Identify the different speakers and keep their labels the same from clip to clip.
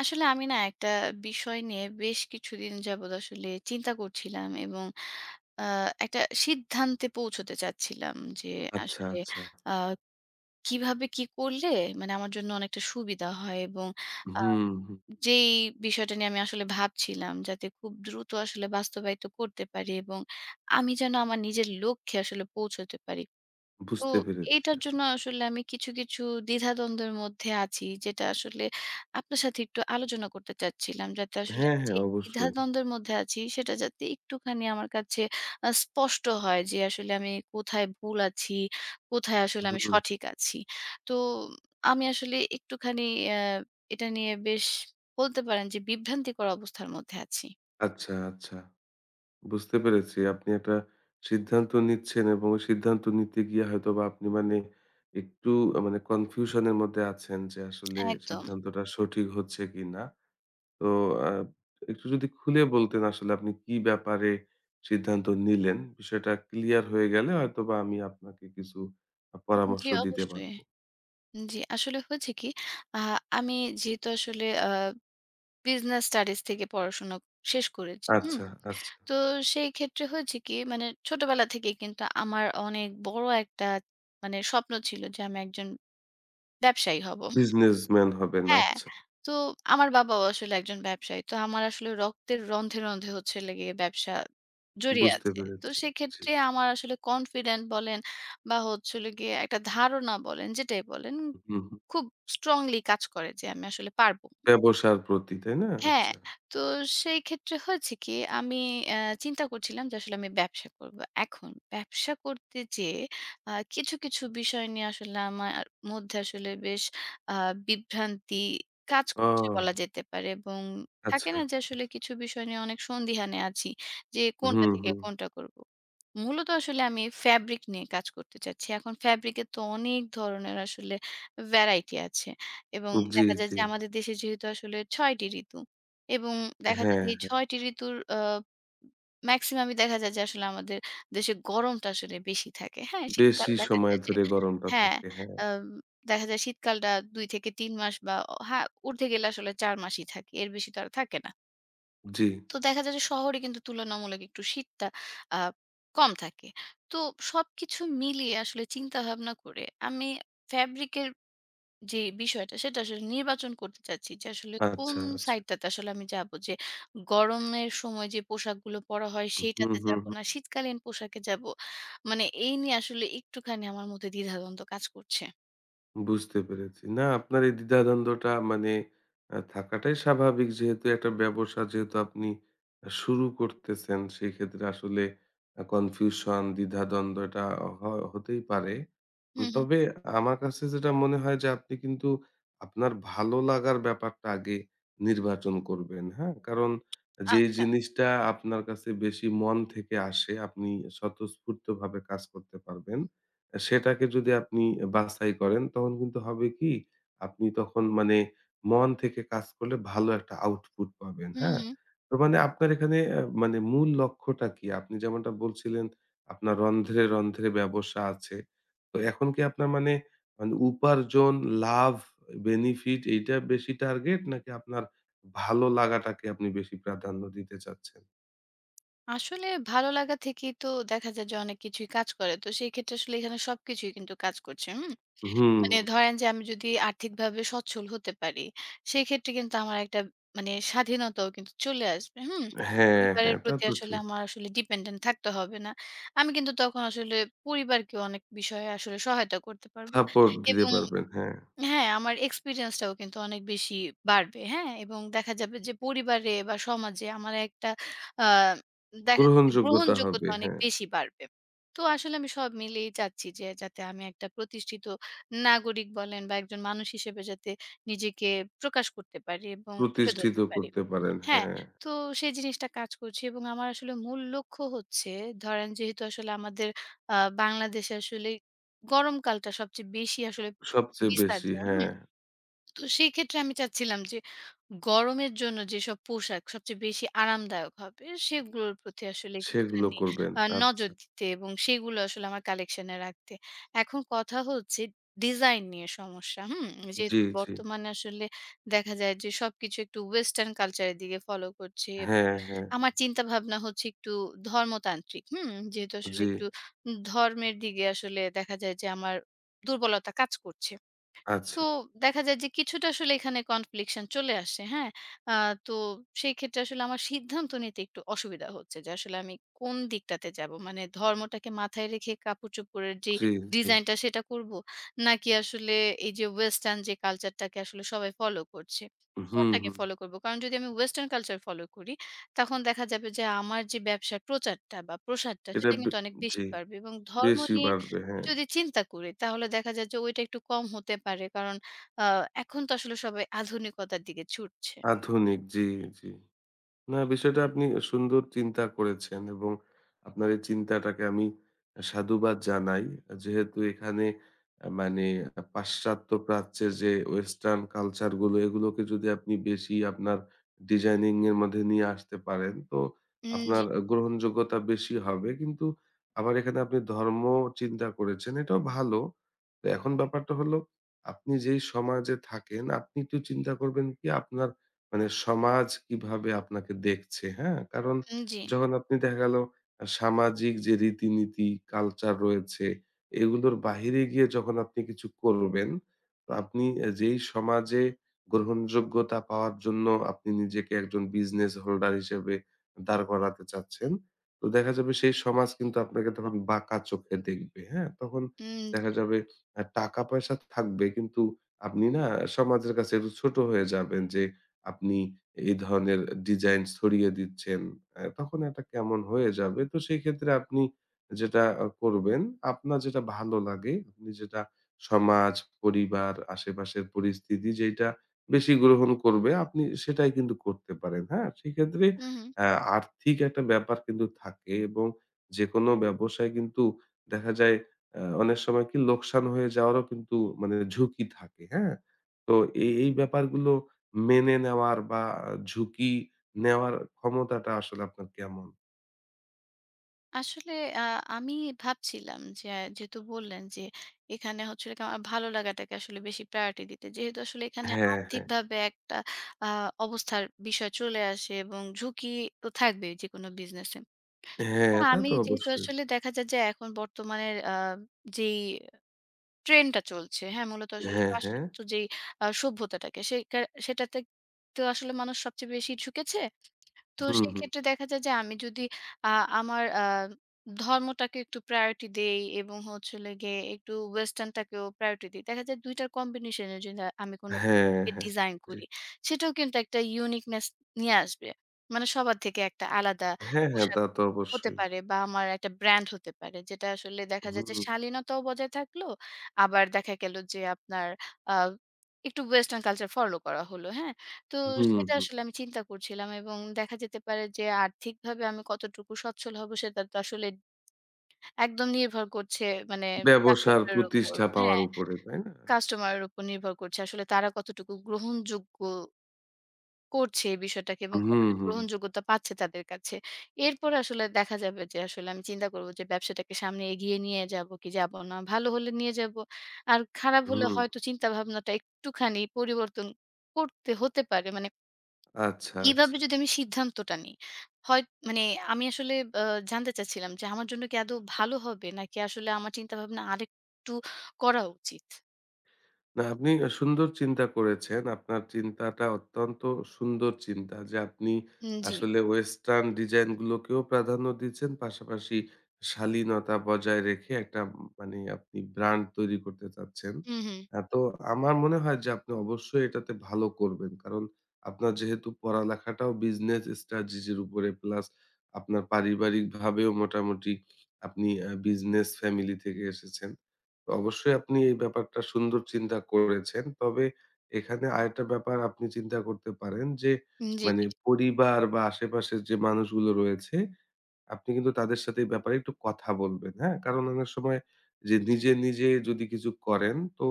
Speaker 1: আসলে আমি না একটা বিষয় নিয়ে বেশ কিছুদিন যাবৎ আসলে চিন্তা করছিলাম এবং একটা সিদ্ধান্তে পৌঁছতে চাচ্ছিলাম যে
Speaker 2: আচ্ছা,
Speaker 1: আসলে
Speaker 2: আচ্ছা।
Speaker 1: আহ, কিভাবে কি করলে মানে আমার জন্য অনেকটা সুবিধা হয় এবং আহ,
Speaker 2: হুম, হুম।
Speaker 1: যেই বিষয়টা নিয়ে আমি আসলে ভাবছিলাম যাতে খুব দ্রুত আসলে বাস্তবায়িত করতে পারি এবং আমি যেন আমার নিজের লক্ষ্যে আসলে পৌঁছতে পারি। তো
Speaker 2: বুঝতে পেরেছি
Speaker 1: এইটার জন্য
Speaker 2: আসলে।
Speaker 1: আসলে আমি কিছু, কিছু দ্বিধাদ্বন্দ্বের মধ্যে আছি, যেটা আসলে আপনার সাথে একটু আলোচনা করতে চাচ্ছিলাম, যাতে আসলে
Speaker 2: হ্যাঁ,
Speaker 1: আমি যে
Speaker 2: হ্যাঁ অবশ্যই।
Speaker 1: দ্বিধাদ্বন্দ্বের মধ্যে আছি, সেটা যাতে একটুখানি আমার কাছে স্পষ্ট হয় যে আসলে আমি কোথায় ভুল আছি, কোথায় আসলে আমি
Speaker 2: হুম।
Speaker 1: সঠিক আছি। তো আমি আসলে একটুখানি অ্যা এটা নিয়ে বেশ বলতে পারেন যে বিভ্রান্তিকর অবস্থার মধ্যে আছি।
Speaker 2: আচ্ছা, আচ্ছা। বুঝতে পেরেছি। আপনি একটা সিদ্ধান্ত নিচ্ছেন এবং ওই সিদ্ধান্ত নিতে গিয়ে হয়তোবা আপনি মানে একটু মানে কনফিউশন এর মধ্যে আছেন যে আসলে
Speaker 1: একদম।
Speaker 2: সিদ্ধান্তটা সঠিক হচ্ছে কিনা। তো আ একটু যদি খুলে বলতেন আসলে আপনি কি ব্যাপারে সিদ্ধান্ত নিলেন? বিষয়টা ক্লিয়ার হয়ে গেলে হয়তোবা আমি আপনাকে কিছু পরামর্শ
Speaker 1: জি,
Speaker 2: দিতে
Speaker 1: অবশ্যই।
Speaker 2: পারবো।
Speaker 1: জি, আসলে হয়েছে কি, আ আমি যেহেতু আসলে আ বিজনেস স্টাডিজ থেকে পড়াশোনা শেষ করেছি। হুম?
Speaker 2: আচ্ছা, আচ্ছা।
Speaker 1: তো সেই ক্ষেত্রে হয়েছে কি, মানে ছোটবেলা থেকেই কিন্তু আমার অনেক বড় একটা মানে স্বপ্ন ছিল যে আমি একজন ব্যবসায়ী হব।
Speaker 2: বিজনেসম্যান হবেন।
Speaker 1: হ্যাঁ,
Speaker 2: আচ্ছা,
Speaker 1: তো আমার বাবাও আসলে একজন ব্যবসায়ী। তো আমার আসলে রক্তের রন্ধ্রে, রন্ধ্রে হচ্ছে হলো গিয়ে ব্যবসা জড়িয়ে
Speaker 2: বুঝতে
Speaker 1: আছে। তো
Speaker 2: পেরেছি। জি।
Speaker 1: সেক্ষেত্রে আমার আসলে কনফিডেন্ট বলেন বা হচ্ছে হলো গিয়ে একটা ধারণা বলেন, যেটাই বলেন
Speaker 2: হুম, হুম।
Speaker 1: খুব স্ট্রংলি কাজ করে যে আমি আসলে পারব।
Speaker 2: ব্যবসার প্রতি, তাই না?
Speaker 1: হ্যাঁ,
Speaker 2: আচ্ছা।
Speaker 1: তো সেই ক্ষেত্রে হয়েছে কি, আমি অ্যা চিন্তা করছিলাম যে আসলে আমি ব্যবসা করব। এখন ব্যবসা করতে যেয়ে কিছু, কিছু বিষয় নিয়ে আসলে আমার মধ্যে আসলে বেশ আ বিভ্রান্তি কাজ
Speaker 2: ও
Speaker 1: করছে বলা যেতে পারে এবং
Speaker 2: আচ্ছা,
Speaker 1: থাকে
Speaker 2: আচ্ছা।
Speaker 1: না যে আসলে কিছু বিষয় নিয়ে অনেক সন্দিহানে আছি যে কোনটা
Speaker 2: হুম,
Speaker 1: থেকে
Speaker 2: হুম।
Speaker 1: কোনটা করব। মূলত আসলে আমি ফেব্রিক নিয়ে কাজ করতে চাচ্ছি। এখন ফেব্রিক এর তো অনেক ধরনের আসলে ভ্যারাইটি আছে এবং
Speaker 2: জি,
Speaker 1: দেখা যায়
Speaker 2: জি।
Speaker 1: যে আমাদের দেশে যেহেতু আসলে ৬ টি ঋতু। এবং দেখা যায় যে
Speaker 2: হ্যাঁ,
Speaker 1: এই ৬ টি ঋতুর মেক্সিমামই দেখা যায় যে আসলে আমাদের দেশে গরমটা আসলে বেশি থাকে। হ্যাঁ, শীতকাল
Speaker 2: বেশি
Speaker 1: দেখা
Speaker 2: সময়
Speaker 1: যায় যে
Speaker 2: ধরে গরমটা
Speaker 1: হ্যাঁ,
Speaker 2: থাকে। হ্যাঁ।
Speaker 1: আম দেখা যায় শীতকালটা ২ থেকে ৩ মাস বা হ্যাঁ, ঊর্ধ্বে গেলে আসলে ৪ মাসই থাকে। এর বেশি তো আর থাকে না।
Speaker 2: জি।
Speaker 1: তো দেখা যায় যে শহরে কিন্তু তুলনামূলক একটু শীতটা আ কম থাকে। তো সবকিছু মিলিয়ে আসলে চিন্তা ভাবনা করে আমি ফেব্রিকের যে বিষয়টা সেটা আসলে নির্বাচন করতে চাচ্ছি যে আসলে কোন
Speaker 2: আচ্ছা, আচ্ছা।
Speaker 1: সাইডটাতে আসলে আমি যাব, যে গরমের সময় যে পোশাকগুলো পরা হয়
Speaker 2: হুম,
Speaker 1: সেইটাতে
Speaker 2: হুম,
Speaker 1: যাব, না
Speaker 2: হুম।
Speaker 1: শীতকালীন পোশাকে যাব। মানে এই নিয়ে আসলে একটুখানি আমার মধ্যে দ্বিধাদ্বন্দ্ব কাজ করছে।
Speaker 2: বুঝতে পেরেছি। না আপনার এই দ্বিধাদ্বন্দ্বটা মানে থাকাটাই স্বাভাবিক। যেহেতু একটা ব্যবসা যেহেতু আপনি শুরু করতেছেন সেক্ষেত্রে আসলে কনফিউশন, দ্বিধাদ্বন্দ্ব এটা হ হতেই পারে।
Speaker 1: হুম, হুম।
Speaker 2: তবে আমার কাছে যেটা মনে হয় যে আপনি কিন্তু আপনার ভালো লাগার ব্যাপারটা আগে নির্বাচন করবেন, হ্যাঁ? কারণ যেই
Speaker 1: আচ্ছা।
Speaker 2: জিনিসটা আপনার কাছে বেশি মন থেকে আসে আপনি স্বতঃস্ফূর্তভাবে কাজ করতে পারবেন সেটাকে যদি আপনি বাছাই করেন তখন কিন্তু হবে কি আপনি তখন মানে মন থেকে কাজ করলে ভালো একটা আউটপুট পাবেন
Speaker 1: হুম,
Speaker 2: হ্যাঁ
Speaker 1: হুম।
Speaker 2: তো মানে আপনার এখানে মানে মূল লক্ষ্যটা কি আপনি যেমনটা বলছিলেন আপনার রন্ধ্রে রন্ধ্রে ব্যবসা আছে তো এখন কি আপনার মানে মানে উপার্জন লাভ বেনিফিট এইটা বেশি টার্গেট নাকি আপনার ভালো লাগাটাকে আপনি বেশি প্রাধান্য দিতে চাচ্ছেন
Speaker 1: আসলে ভালো লাগা থেকেই তো দেখা যায় যে অনেক কিছুই কাজ করে। তো সেই ক্ষেত্রে আসলে এখানে সবকিছুই কিন্তু কাজ করছে। হুম?
Speaker 2: হুম
Speaker 1: মানে ধরেন যে আমি যদি আর্থিকভাবে সচ্ছল হতে পারি, সেক্ষেত্রে কিন্তু আমার একটা মানে স্বাধীনতাও কিন্তু চলে আসবে। হুম?
Speaker 2: হ্যাঁ
Speaker 1: পরিবারের
Speaker 2: হ্যাঁ তা
Speaker 1: প্রতি
Speaker 2: তো
Speaker 1: আসলে
Speaker 2: ঠিক
Speaker 1: আমার আসলে ডিপেন্ডেন্ট থাকতে হবে না। আমি কিন্তু তখন আসলে পরিবারকে অনেক বিষয়ে আসলে সহায়তা করতে পারব।
Speaker 2: সাপোর্ট দিতে
Speaker 1: এবং
Speaker 2: পারবেন হ্যাঁ
Speaker 1: হ্যাঁ, আমার এক্সপেরিয়েন্সটাও কিন্তু অনেক বেশি বাড়বে। হ্যাঁ? এবং দেখা যাবে যে পরিবারে বা সমাজে আমার একটা আ দেখা যাবে
Speaker 2: গ্রহণযোগ্যতা হবে,
Speaker 1: গ্রহণযোগ্যতা অনেক
Speaker 2: হ্যাঁ।
Speaker 1: বেশি বাড়বে। তো আসলে আমি সব মিলিয়েই চাচ্ছি যে যাতে আমি একটা প্রতিষ্ঠিত নাগরিক বলেন বা একজন মানুষ হিসেবে যাতে নিজেকে প্রকাশ করতে পারি এবং তুলে
Speaker 2: প্রতিষ্ঠিত
Speaker 1: ধরতে পারি।
Speaker 2: করতে পারেন,
Speaker 1: হ্যাঁ,
Speaker 2: হ্যাঁ।
Speaker 1: তো সেই জিনিসটা কাজ করছে এবং আমার আসলে মূল লক্ষ্য হচ্ছে, ধরেন যেহেতু আসলে আমাদের আ বাংলাদেশে আসলে গরমকালটা সবচেয়ে বেশি আসলে
Speaker 2: সবচেয়ে
Speaker 1: বিস্তার
Speaker 2: বেশি,
Speaker 1: যায়।
Speaker 2: হ্যাঁ।
Speaker 1: হুম? তো সেই ক্ষেত্রে আমি চাচ্ছিলাম যে গরমের জন্য যেসব পোশাক সবচেয়ে বেশি আরামদায়ক হবে সেগুলোর প্রতি আসলে
Speaker 2: সেগুলো
Speaker 1: একটুখানি
Speaker 2: করবেন। আচ্ছা।
Speaker 1: নজর দিতে এবং সেগুলো আসলে আমার কালেকশন এ রাখতে। এখন কথা হচ্ছে ডিজাইন নিয়ে সমস্যা, হুম?
Speaker 2: জি,
Speaker 1: যেহেতু
Speaker 2: জি।
Speaker 1: বর্তমানে আসলে দেখা যায় যে সবকিছু একটু ওয়েসটার্ন কালচার এর দিকে ফলো করছে। এবং
Speaker 2: হ্যাঁ, হ্যাঁ।
Speaker 1: আমার চিন্তাভাবনা হচ্ছে একটু ধর্মতান্ত্রিক, হুম? যেহেতু আসলে
Speaker 2: জি।
Speaker 1: একটু ধর্মের দিকে আসলে দেখা যায় যে আমার দুর্বলতা কাজ করছে।
Speaker 2: আচ্ছা।
Speaker 1: তো দেখা যায় যে কিছুটা আসলে এখানে কনফ্লিকশন চলে আসে। হ্যাঁ? আ তো সেই ক্ষেত্রে আসলে আমার সিদ্ধান্ত নিতে একটু অসুবিধা হচ্ছে যে আসলে আমি কোন দিকটাতে যাবো? মানে ধর্মটাকে মাথায় রেখে কাপড়-চোপড়ের যেই
Speaker 2: জি, জি।
Speaker 1: ডিজাইনটা সেটা করব? নাকি আসলে এই যে ওয়েসটার্ন যে কালচারটাকে আসলে সবাই ফলো করছে,
Speaker 2: হুম,
Speaker 1: কোনটাকে
Speaker 2: হুম।
Speaker 1: ফলো করব? কারণ যদি আমি ওয়েসটার্ন কালচার ফলো করি তখন দেখা যাবে যে আমার যে ব্যবসার প্রচারটা বা প্রসারটা
Speaker 2: এটা
Speaker 1: সেটা কিন্তু অনেক বেশি
Speaker 2: জি,
Speaker 1: বাড়বে এবং ধর্ম
Speaker 2: বেশি
Speaker 1: নিয়ে
Speaker 2: বাড়বে, হ্যাঁ।
Speaker 1: যদি চিন্তা করি তাহলে দেখা যায় যে ওইটা একটু কম হতে পারে। কারণ আ এখন তো আসলে সবাই আধুনিকতার দিকে ছুটছে।
Speaker 2: আধুনিক, জি, জি। না, বিষয়টা আপনি সুন্দর চিন্তা করেছেন এবং আপনার এই চিন্তাটাকে আমি সাধুবাদ জানাই। যেহেতু এখানে মানে পাশ্চাত্য প্রাচ্যের যে ওয়েস্টার্ন কালচার গুলো এগুলোকে যদি আপনি বেশি আপনার ডিজাইনিং এর মধ্যে নিয়ে আসতে পারেন, তো
Speaker 1: উম জি,
Speaker 2: আপনার গ্রহণযোগ্যতা বেশি হবে। কিন্তু আবার এখানে আপনি ধর্ম চিন্তা করেছেন, এটাও ভালো। তো এখন ব্যাপারটা হলো আপনি যেই সমাজে থাকেন, আপনি একটু চিন্তা করবেন কি আপনার মানে সমাজ কিভাবে আপনাকে দেখছে, হ্যাঁ? কারণ
Speaker 1: উম জি,
Speaker 2: যখন আপনি দেখা গেল সামাজিক যে রীতিনীতি, কালচার রয়েছে, এগুলোর বাহিরে গিয়ে যখন আপনি কিছু করবেন, তো আপনি যেই সমাজে গ্রহণযোগ্যতা পাওয়ার জন্য আপনি নিজেকে একজন বিজনেস হোল্ডার হিসেবে দাঁড় করাতে চাচ্ছেন, তো দেখা যাবে সেই সমাজ কিন্তু আপনাকে তখন বাঁকা চোখে দেখবে, হ্যাঁ? তখন
Speaker 1: উম
Speaker 2: দেখা
Speaker 1: জি,
Speaker 2: যাবে টাকা-পয়সা থাকবে কিন্তু আপনি না সমাজের কাছে একটু ছোট হয়ে যাবেন যে আপনি এই ধরনের ডিজাইন ছড়িয়ে দিচ্ছেন, তখন এটা কেমন হয়ে যাবে। তো সেক্ষেত্রে আপনি যেটা করবেন, আপনার যেটা ভালো লাগে, আপনি যেটা সমাজ, পরিবার, আশেপাশের পরিস্থিতি যেইটা বেশি গ্রহণ করবে, আপনি সেটাই কিন্তু করতে পারেন, হ্যাঁ? সেক্ষেত্রে
Speaker 1: হুম, হুম।
Speaker 2: আ আর্থিক একটা ব্যাপার কিন্তু থাকে এবং যেকোনো ব্যবসায় কিন্তু দেখা যায় অনেক সময় কি লোকসান হয়ে যাওয়ারও কিন্তু মানে ঝুঁকি থাকে, হ্যাঁ? তো এই ব্যাপারগুলো মেনে নেওয়ার বা ঝুঁকি নেওয়ার ক্ষমতাটা আসলে আপনার কেমন?
Speaker 1: আসলে আ আমি ভাবছিলাম যে যেহেতু বললেন যে এখানে হচ্ছে হলো গিয়ে আমার ভালো লাগাটাকে আসলে বেশি প্রায়োরিটি দিতে। যেহেতু আসলে এখানে
Speaker 2: হ্যাঁ, হ্যাঁ।
Speaker 1: আর্থিকভাবে একটা আ অবস্থার বিষয় চলে আসে এবং ঝুঁকি তো থাকবেই যেকোনো বিজনেসে। তো
Speaker 2: হ্যাঁ, তা
Speaker 1: আমি
Speaker 2: তো
Speaker 1: যেহেতু
Speaker 2: অবশ্যই।
Speaker 1: আসলে দেখা যায় যে এখন বর্তমানের যেই ট্রেন্ডটা চলছে। হ্যাঁ, মূলত আসলে
Speaker 2: হ্যাঁ, হ্যাঁ।
Speaker 1: পাশ্চাত্য যেই সভ্যতাটাকে সেটাতে তো আসলে মানুষ সবচেয়ে বেশি ঝুঁকেছে। তো
Speaker 2: হুম, হুম।
Speaker 1: সেক্ষেত্রে দেখা যায় যে আমি যদি আ আমার ধর্মটাকে একটু প্রায়োরিটি দেই এবং হচ্ছে হলো গিয়ে একটু ওয়েসটার্নটাকেও প্রায়োরিটি দিই। দেখা যায় ২ টার কম্বিনেশনে যদি আমি কোনো
Speaker 2: হ্যাঁ,
Speaker 1: পোশাকের
Speaker 2: হ্যাঁ।
Speaker 1: ডিজাইন
Speaker 2: জি।
Speaker 1: করি, সেটাও কিন্তু একটা ইউনিকনেস নিয়ে আসবে। মানে সবার থেকে একটা আলাদা
Speaker 2: হ্যাঁ, হ্যাঁ,
Speaker 1: পোশাক
Speaker 2: তা তো
Speaker 1: হতে
Speaker 2: অবশ্যই।
Speaker 1: পারে বা আমার একটা ব্র্যান্ড হতে পারে। যেটা আসলে দেখা যায়
Speaker 2: হুম,
Speaker 1: যে শালীনতাও বজায় থাকলো। আবার দেখা গেল যে আপনার আ একটু ওয়েসটার্ন কালচার ফলো করা হলো, হ্যাঁ? তো
Speaker 2: হুম,
Speaker 1: সেটা
Speaker 2: হুম।
Speaker 1: আসলে আমি চিন্তা করছিলাম এবং দেখা যেতে পারে যে আর্থিকভাবে আমি কতটুকু সচ্ছল হব সেটা তো আসলে একদম নির্ভর করছে মানে
Speaker 2: ব্যবসার
Speaker 1: কাস্টমারের উপর।
Speaker 2: প্রতিষ্ঠা পাওয়ার
Speaker 1: হ্যাঁ,
Speaker 2: উপরে, তাই না? আচ্ছা।
Speaker 1: কাস্টমারের উপর নির্ভর করছে। আসলে তারা কতটুকু গ্রহণযোগ্য করছে এই বিষয়টাকে এবং
Speaker 2: হুম,
Speaker 1: কতটা
Speaker 2: হুম,
Speaker 1: গ্রহণযোগ্যতা পাচ্ছে তাদের কাছে। এরপরে আসলে দেখা যাবে যে আসলে আমি চিন্তা করব যে ব্যবসাটাকে সামনে এগিয়ে নিয়ে যাব কি যাব না। ভালো হলে নিয়ে যাব। আর খারাপ হলে
Speaker 2: হুম।
Speaker 1: হয়তো চিন্তাভাবনাটা একটুখানি পরিবর্তন করতে হতে পারে। মানে
Speaker 2: আচ্ছা,
Speaker 1: কিভাবে
Speaker 2: আচ্ছা।
Speaker 1: যদি আমি সিদ্ধান্তটা নিই? হয় মানে আমি আসলে আ জানতে চাচ্ছিলাম যে আমার জন্য কি আদৌ ভালো হবে? নাকি আসলে আমার চিন্তাভাবনা আরেকটু করা উচিত?
Speaker 2: না, আপনি সুন্দর চিন্তা করেছেন। আপনার চিন্তাটা অত্যন্ত সুন্দর চিন্তা যে, আপনি
Speaker 1: উম জি।
Speaker 2: আসলে ওয়েস্টার্ন ডিজাইন গুলোকেও প্রাধান্য দিচ্ছেন। পাশাপাশি শালীনতা বজায় রেখে একটা মানে আপনি ব্র্যান্ড তৈরি করতে চাচ্ছেন।
Speaker 1: হুম, হুম।
Speaker 2: তো আমার মনে হয় যে, আপনি অবশ্যই এটাতে ভালো করবেন। কারণ আপনার যেহেতু পড়ালেখাটাও বিজনেস স্ট্র্যাটেজি এর উপরে প্লাস আপনার পারিবারিকভাবেও মোটামুটি আপনি বিজনেস ফ্যামিলি থেকে এসেছেন। অবশ্যই আপনি এই ব্যাপারটা সুন্দর চিন্তা করেছেন। তবে এখানে আরেকটা ব্যাপার আপনি চিন্তা করতে পারেন যে,
Speaker 1: জি,
Speaker 2: মানে
Speaker 1: জি।
Speaker 2: পরিবার বা আশেপাশের যে মানুষগুলো রয়েছে, আপনি কিন্তু তাদের সাথে এই ব্যাপারে একটু কথা বলবেন, হ্যাঁ? কারণ অনেক সময় যে নিজে, নিজে যদি কিছু করেন তো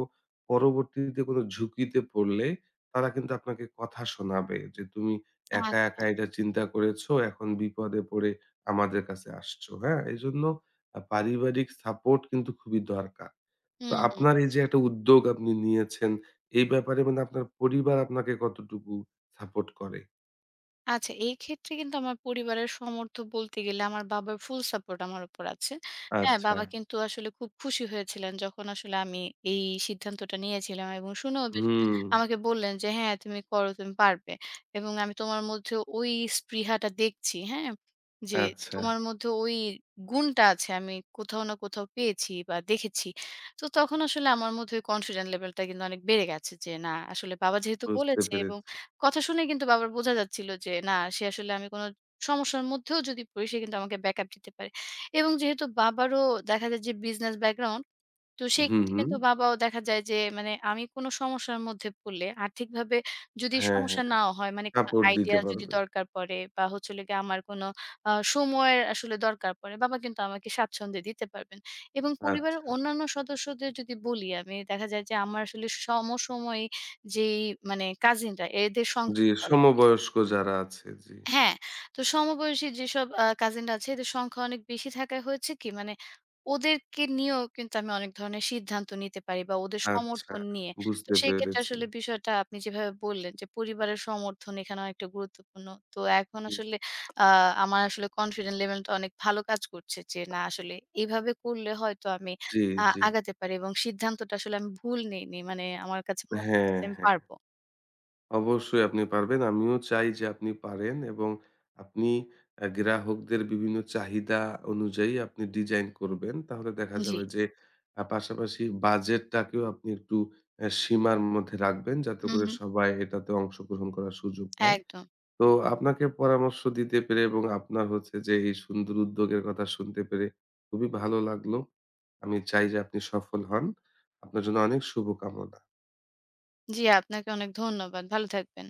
Speaker 2: পরবর্তীতে কোনো ঝুঁকিতে পড়লে তারা কিন্তু আপনাকে কথা শোনাবে যে, "তুমি একা, একা
Speaker 1: আচ্ছা।
Speaker 2: এটা চিন্তা করেছো, এখন বিপদে পড়ে আমাদের কাছে আসছো।" হ্যাঁ? এজন্য পারিবারিক সাপোর্ট কিন্তু খুবই দরকার। তো
Speaker 1: হুম।
Speaker 2: আপনার এই যে একটা উদ্যোগ আপনি নিয়েছেন, এই ব্যাপারে মানে আপনার পরিবার আপনাকে কতটুকু সাপোর্ট করে?
Speaker 1: আচ্ছা, এই ক্ষেত্রে কিন্তু আমার পরিবারের সমর্থ বলতে গেলে আমার বাবার ফুল সাপোর্ট আমার উপর আছে। হ্যাঁ,
Speaker 2: আচ্ছা।
Speaker 1: বাবা কিন্তু আসলে খুব খুশি হয়েছিলেন যখন আসলে আমি এই সিদ্ধান্তটা নিয়েছিলাম এবং শুনেও বেশ
Speaker 2: হুম,
Speaker 1: আমাকে বললেন যে, "হ্যাঁ, তুমি করো, তুমি পারবে।" এবং আমি তোমার মধ্যে ওই স্পৃহাটা দেখছি, হ্যাঁ? যে
Speaker 2: আচ্ছা
Speaker 1: তোমার মধ্যে ওই গুণটা আছে আমি কোথাও না কোথাও পেয়েছি বা দেখেছি। তো তখন আসলে আমার মধ্যে ওই কনফিডেন্ট লেভেলটা কিন্তু অনেক বেড়ে গেছে যে, না আসলে বাবা যেহেতু
Speaker 2: বুঝতে
Speaker 1: বলেছে এবং
Speaker 2: পেরেছি।
Speaker 1: কথা শুনে কিন্তু বাবার বোঝা যাচ্ছিল যে না সে আসলে আমি কোনো সমস্যার মধ্যেও যদি পড়ি সে কিন্তু আমাকে ব্যাকআপ দিতে পারে। এবং যেহেতু বাবারও দেখা যায় যে বিজনেস ব্যাকগ্রাউন্ড, তো সেই
Speaker 2: হুম,
Speaker 1: ক্ষেত্রে
Speaker 2: হুম।
Speaker 1: কিন্তু বাবাও দেখা যায় যে মানে আমি কোনো সমস্যার মধ্যে পড়লে আর্থিকভাবে যদি
Speaker 2: হ্যাঁ,
Speaker 1: সমস্যা
Speaker 2: হ্যাঁ।
Speaker 1: নাও হয়, মানে কোনো
Speaker 2: সাপোর্ট দিতে
Speaker 1: আইডিয়া যদি
Speaker 2: পারবে।
Speaker 1: দরকার পড়ে বা হচ্ছে হলো গিয়ে আমার কোনো সময়ের আসলে দরকার পড়ে, বাবা কিন্তু আমাকে স্বাচ্ছন্দ্যে দিতে পারবেন। এবং
Speaker 2: আচ্ছা।
Speaker 1: পরিবারের অন্যান্য সদস্যদের যদি বলি, আমি দেখা যায় যে আমার আসলে সমসাময়িক যেই মানে কাজিনরা এদের সংখ্যা
Speaker 2: জি,
Speaker 1: কিন্তু অনেক বেশি।
Speaker 2: সমবয়স্ক যারা আছে, জি।
Speaker 1: হ্যাঁ, তো সমবয়সী যেসব কাজিনরা আছে এদের সংখ্যা অনেক বেশি থাকায় হয়েছে কি, মানে ওদেরকে নিয়েও কিন্তু আমি অনেক ধরনের সিদ্ধান্ত নিতে পারি বা ওদের
Speaker 2: আচ্ছা,
Speaker 1: সমর্থন নিয়ে। তো
Speaker 2: বুঝতে
Speaker 1: সেই ক্ষেত্রে
Speaker 2: পেরেছি।
Speaker 1: আসলে বিষয়টা আপনি যেভাবে বললেন যে পরিবারের সমর্থন এখানে অনেকটা গুরুত্বপূর্ণ। তো এখন
Speaker 2: জি,
Speaker 1: আসলে আ আমার আসলে কনফিডেন্ট লেভেলটা অনেক ভালো কাজ করছে যে না আসলে এভাবে করলে হয়তো আমি
Speaker 2: জি, জি।
Speaker 1: আগাতে পারি এবং সিদ্ধান্তটা আসলে আমি ভুল নেইনি। মানে আমার কাছে মনে হচ্ছে
Speaker 2: হ্যাঁ,
Speaker 1: যে আমি
Speaker 2: হ্যাঁ।
Speaker 1: পারব।
Speaker 2: অবশ্যই আপনি পারবেন। আমিও চাই যে আপনি পারেন এবং আপনি গ্রাহকদের বিভিন্ন চাহিদা অনুযায়ী আপনি ডিজাইন করবেন। তাহলে দেখা
Speaker 1: জি।
Speaker 2: যাবে যে পাশাপাশি বাজেটটাকেও আপনি একটু সীমার মধ্যে রাখবেন যাতে
Speaker 1: হু,
Speaker 2: করে
Speaker 1: হু।
Speaker 2: সবাই এটাতে অংশগ্রহণ করার সুযোগ পায়।
Speaker 1: একদম।
Speaker 2: তো আপনাকে পরামর্শ দিতে পেরে এবং আপনার হচ্ছে যে এই সুন্দর উদ্যোগের কথা শুনতে পেরে খুবই ভালো লাগলো। আমি চাই যে আপনি সফল হন। আপনার জন্য অনেক শুভকামনা।
Speaker 1: জি, আপনাকে অনেক ধন্যবাদ। ভালো থাকবেন।